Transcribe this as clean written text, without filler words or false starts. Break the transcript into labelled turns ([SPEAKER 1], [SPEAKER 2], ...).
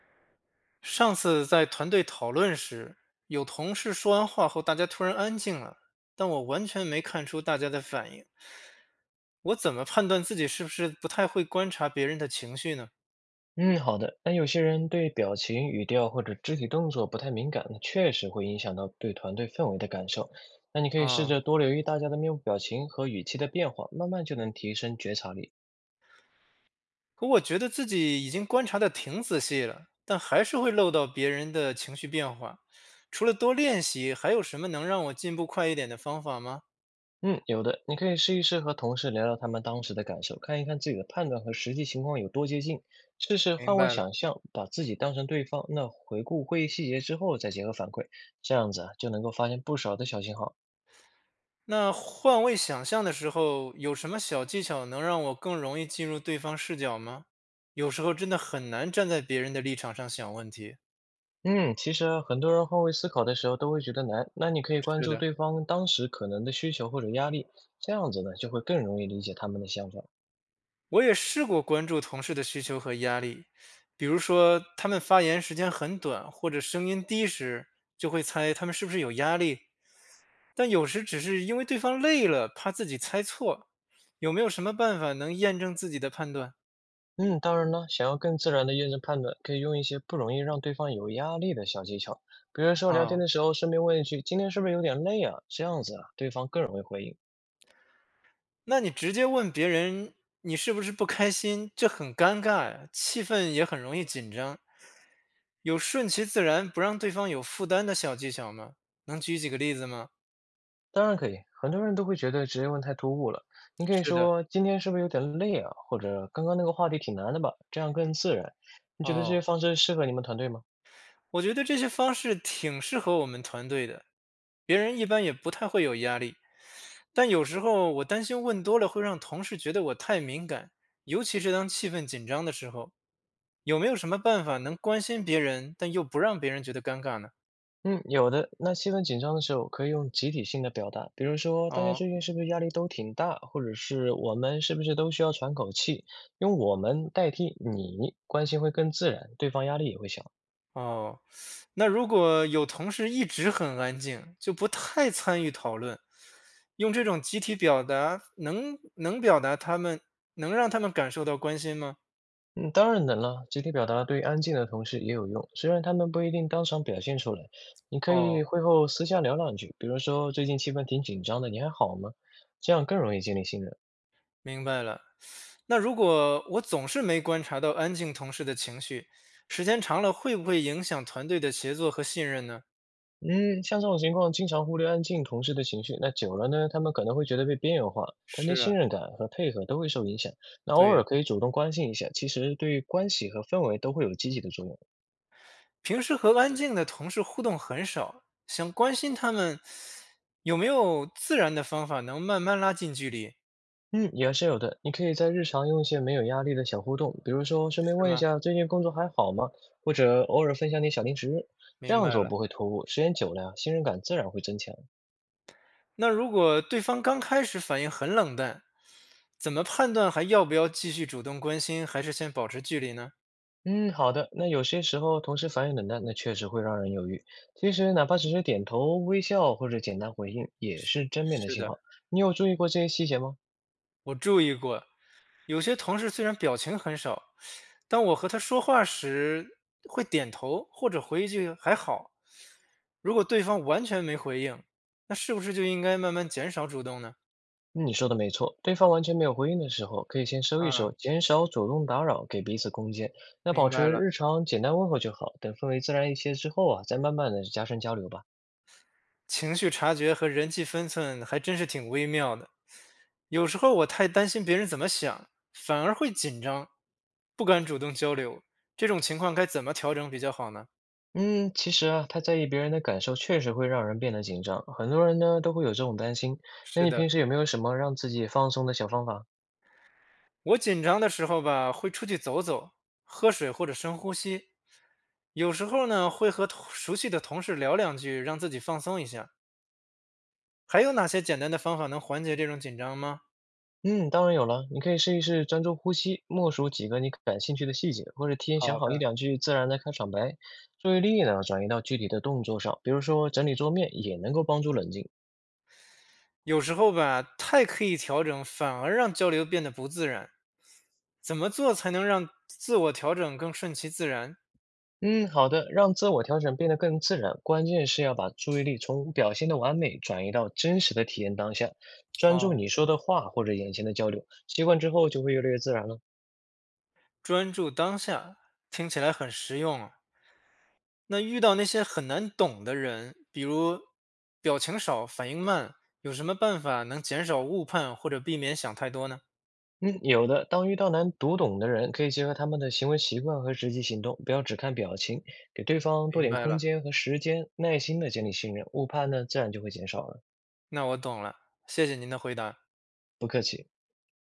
[SPEAKER 1] 上次在团队讨论时，有同事说完话后，大家突然安静了，但我完全没看出大家的反应。我怎么判断自己是不是不太会观察别人的情绪呢？
[SPEAKER 2] 嗯，好的。那有些人对表情、语调或者肢体动作不太敏感，那确实会影响到对团队氛围的感受。那你可以试
[SPEAKER 1] 啊，
[SPEAKER 2] 着多留意大家的面部表情和语气的变化，慢慢就能提升觉察力。
[SPEAKER 1] 可我觉得自己已经观察的挺仔细了，但还是会漏到别人的情绪变化。除了多练习，还有什么能让我进步快一点的方法吗？
[SPEAKER 2] 嗯，有的，你可以试一试和同事聊聊他们当时的感受，看一看自己的判断和实际情况有多接近。试试
[SPEAKER 1] 明
[SPEAKER 2] 换位
[SPEAKER 1] 白了。
[SPEAKER 2] 想象，把自己当成对方，那回顾会议细节之后再结合反馈，这样子啊，就能够发现不少的小信号。
[SPEAKER 1] 那换位想象的时候，有什么小技巧能让我更容易进入对方视角吗？有时候真的很难站在别人的立场上想问题。
[SPEAKER 2] 嗯，其实啊很多人换位思考的时候都会觉得难，那你可以关
[SPEAKER 1] 是
[SPEAKER 2] 注
[SPEAKER 1] 的，
[SPEAKER 2] 对方当时可能的需求或者压力，这样子呢就会更容易理解他们的想法。
[SPEAKER 1] 我也试过关注同事的需求和压力，比如说他们发言时间很短或者声音低时，就会猜他们是不是有压力。但有时只是因为对方累了，怕自己猜错。有没有什么办法能验证自己的判断？
[SPEAKER 2] 嗯，当然了，想要更自然的验证判断，可以用一些不容易让对方有压力的小技巧，比如说聊天
[SPEAKER 1] 啊、
[SPEAKER 2] 的时候顺便问一句“今天是不是有点累啊？”这样子啊，对方更容易回应。
[SPEAKER 1] 那你直接问别人你是不是不开心，这很尴尬呀，气氛也很容易紧张。有顺其自然，不让对方有负担的小技巧吗？能举几个例子吗？
[SPEAKER 2] 当然可以，很多人都会觉得直接问太突兀了，你可以
[SPEAKER 1] 是的，
[SPEAKER 2] 说“今天是不是有点累啊？”或者“刚刚那个话题挺难的吧”，这样更自然。你觉得这
[SPEAKER 1] 哦，
[SPEAKER 2] 些方式适合你们团队吗？
[SPEAKER 1] 我觉得这些方式挺适合我们团队的，别人一般也不太会有压力。但有时候我担心问多了会让同事觉得我太敏感，尤其是当气氛紧张的时候，有没有什么办法能关心别人，但又不让别人觉得尴尬呢？
[SPEAKER 2] 嗯，有的。那气氛紧张的时候，可以用集体性的表达，比如说大家
[SPEAKER 1] 哦
[SPEAKER 2] 最近是不是压力都挺大，或者是我们是不是都需要喘口气，用我们代替你，关系会更自然，对方压力也会小。
[SPEAKER 1] 哦，那如果有同事一直很安静，就不太参与讨论，用这种集体表达能表达他们，能让他们感受到关心吗？
[SPEAKER 2] 嗯，当然能了，集体表达对安静的同事也有用，虽然他们不一定当场表现出来，你可
[SPEAKER 1] 哦，
[SPEAKER 2] 以会后私下聊两句，比如说最近气氛挺紧张的，你还好吗？这样更容易建立信任。
[SPEAKER 1] 明白了。那如果我总是没观察到安静同事的情绪，时间长了会不会影响团队的协作和信任呢？
[SPEAKER 2] 嗯，像这种情况，经常忽略安静同事的情绪，那久了呢，他们可能会觉得被边缘化，团队
[SPEAKER 1] 是啊，
[SPEAKER 2] 信任感和配合都会受影响。那偶
[SPEAKER 1] 对呀、
[SPEAKER 2] 尔可以主动关心一下，其实对关系和氛围都会有积极的作用。
[SPEAKER 1] 平时和安静的同事互动很少，想关心他们，有没有自然的方法能慢慢拉近距离，
[SPEAKER 2] 嗯，也是有的。你可以在日常用一些没有压力的小互动，比如说顺便
[SPEAKER 1] 是
[SPEAKER 2] 问一
[SPEAKER 1] 吗？
[SPEAKER 2] 下最近工作还好吗，或者偶尔分享点小零食。这
[SPEAKER 1] 明
[SPEAKER 2] 样
[SPEAKER 1] 白
[SPEAKER 2] 做
[SPEAKER 1] 了。
[SPEAKER 2] 不会突兀，时间久了呀，信任感自然会增强。
[SPEAKER 1] 那如果对方刚开始反应很冷淡，怎么判断还要不要继续主动关心，还是先保持距离呢？
[SPEAKER 2] 嗯，好的。那有些时候同事反应冷淡，那确实会让人犹豫。其实哪怕只是点头微笑或者简单回应，也是正面的
[SPEAKER 1] 是
[SPEAKER 2] 信
[SPEAKER 1] 的，
[SPEAKER 2] 号。你有注意过这些细节吗？
[SPEAKER 1] 我注意过，有些同事虽然表情很少，当我和他说话时会点头或者回一句“还好”。如果对方完全没回应，那是不是就应该慢慢减少主动呢？
[SPEAKER 2] 嗯你说的没错，对方完全没有回应的时候，可以先收一收，
[SPEAKER 1] 啊，
[SPEAKER 2] 减少主动打扰，给彼此空间。那
[SPEAKER 1] 明
[SPEAKER 2] 保
[SPEAKER 1] 白
[SPEAKER 2] 持
[SPEAKER 1] 了，
[SPEAKER 2] 日常简单问候就好，等氛围自然一些之后啊，再慢慢的加深交流吧。
[SPEAKER 1] 情绪察觉和人际分寸还真是挺微妙的。有时候我太担心别人怎么想，反而会紧张，不敢主动交流。这种情况该怎么调整比较好呢？
[SPEAKER 2] 嗯，其实啊，太在意别人的感受，确实会让人变得紧张。很多人呢都会有这种担心。那
[SPEAKER 1] 是
[SPEAKER 2] 你
[SPEAKER 1] 的，
[SPEAKER 2] 平时有没有什么让自己放松的小方法？
[SPEAKER 1] 我紧张的时候吧，会出去走走，喝水或者深呼吸。有时候呢，会和同熟悉的同事聊两句，让自己放松一下。还有哪些简单的方法能缓解这种紧张吗？
[SPEAKER 2] 嗯，当然有了，你可以试一试专注呼吸，默数几个你感兴趣的细节，或者提前想
[SPEAKER 1] 好
[SPEAKER 2] 好一
[SPEAKER 1] 的，
[SPEAKER 2] 两句自然的开场白。注意力呢，转移到具体的动作上，比如说整理桌面，也能够帮助冷静。
[SPEAKER 1] 有时候吧，太刻意调整，反而让交流变得不自然。怎么做才能让自我调整更顺其自然？
[SPEAKER 2] 嗯，好的，让自我调整变得更自然，关键是要把注意力从表现的完美转移到真实的体验当下，专注
[SPEAKER 1] 哦，
[SPEAKER 2] 你说的话或者眼前的交流，习惯之后就会越来越自然了。
[SPEAKER 1] 专注当下，听起来很实用啊。那遇到那些很难懂的人，比如表情少、反应慢，有什么办法能减少误判或者避免想太多呢？
[SPEAKER 2] 嗯，有的。当遇到难读懂的人，可以结合他们的行为习惯和实际行动，不要只看表情，给对方多
[SPEAKER 1] 明
[SPEAKER 2] 点
[SPEAKER 1] 白
[SPEAKER 2] 空
[SPEAKER 1] 了，
[SPEAKER 2] 间和时间，耐心的建立信任，误判呢自然就会减少了。
[SPEAKER 1] 那我懂了，谢谢您的回答。
[SPEAKER 2] 不客气。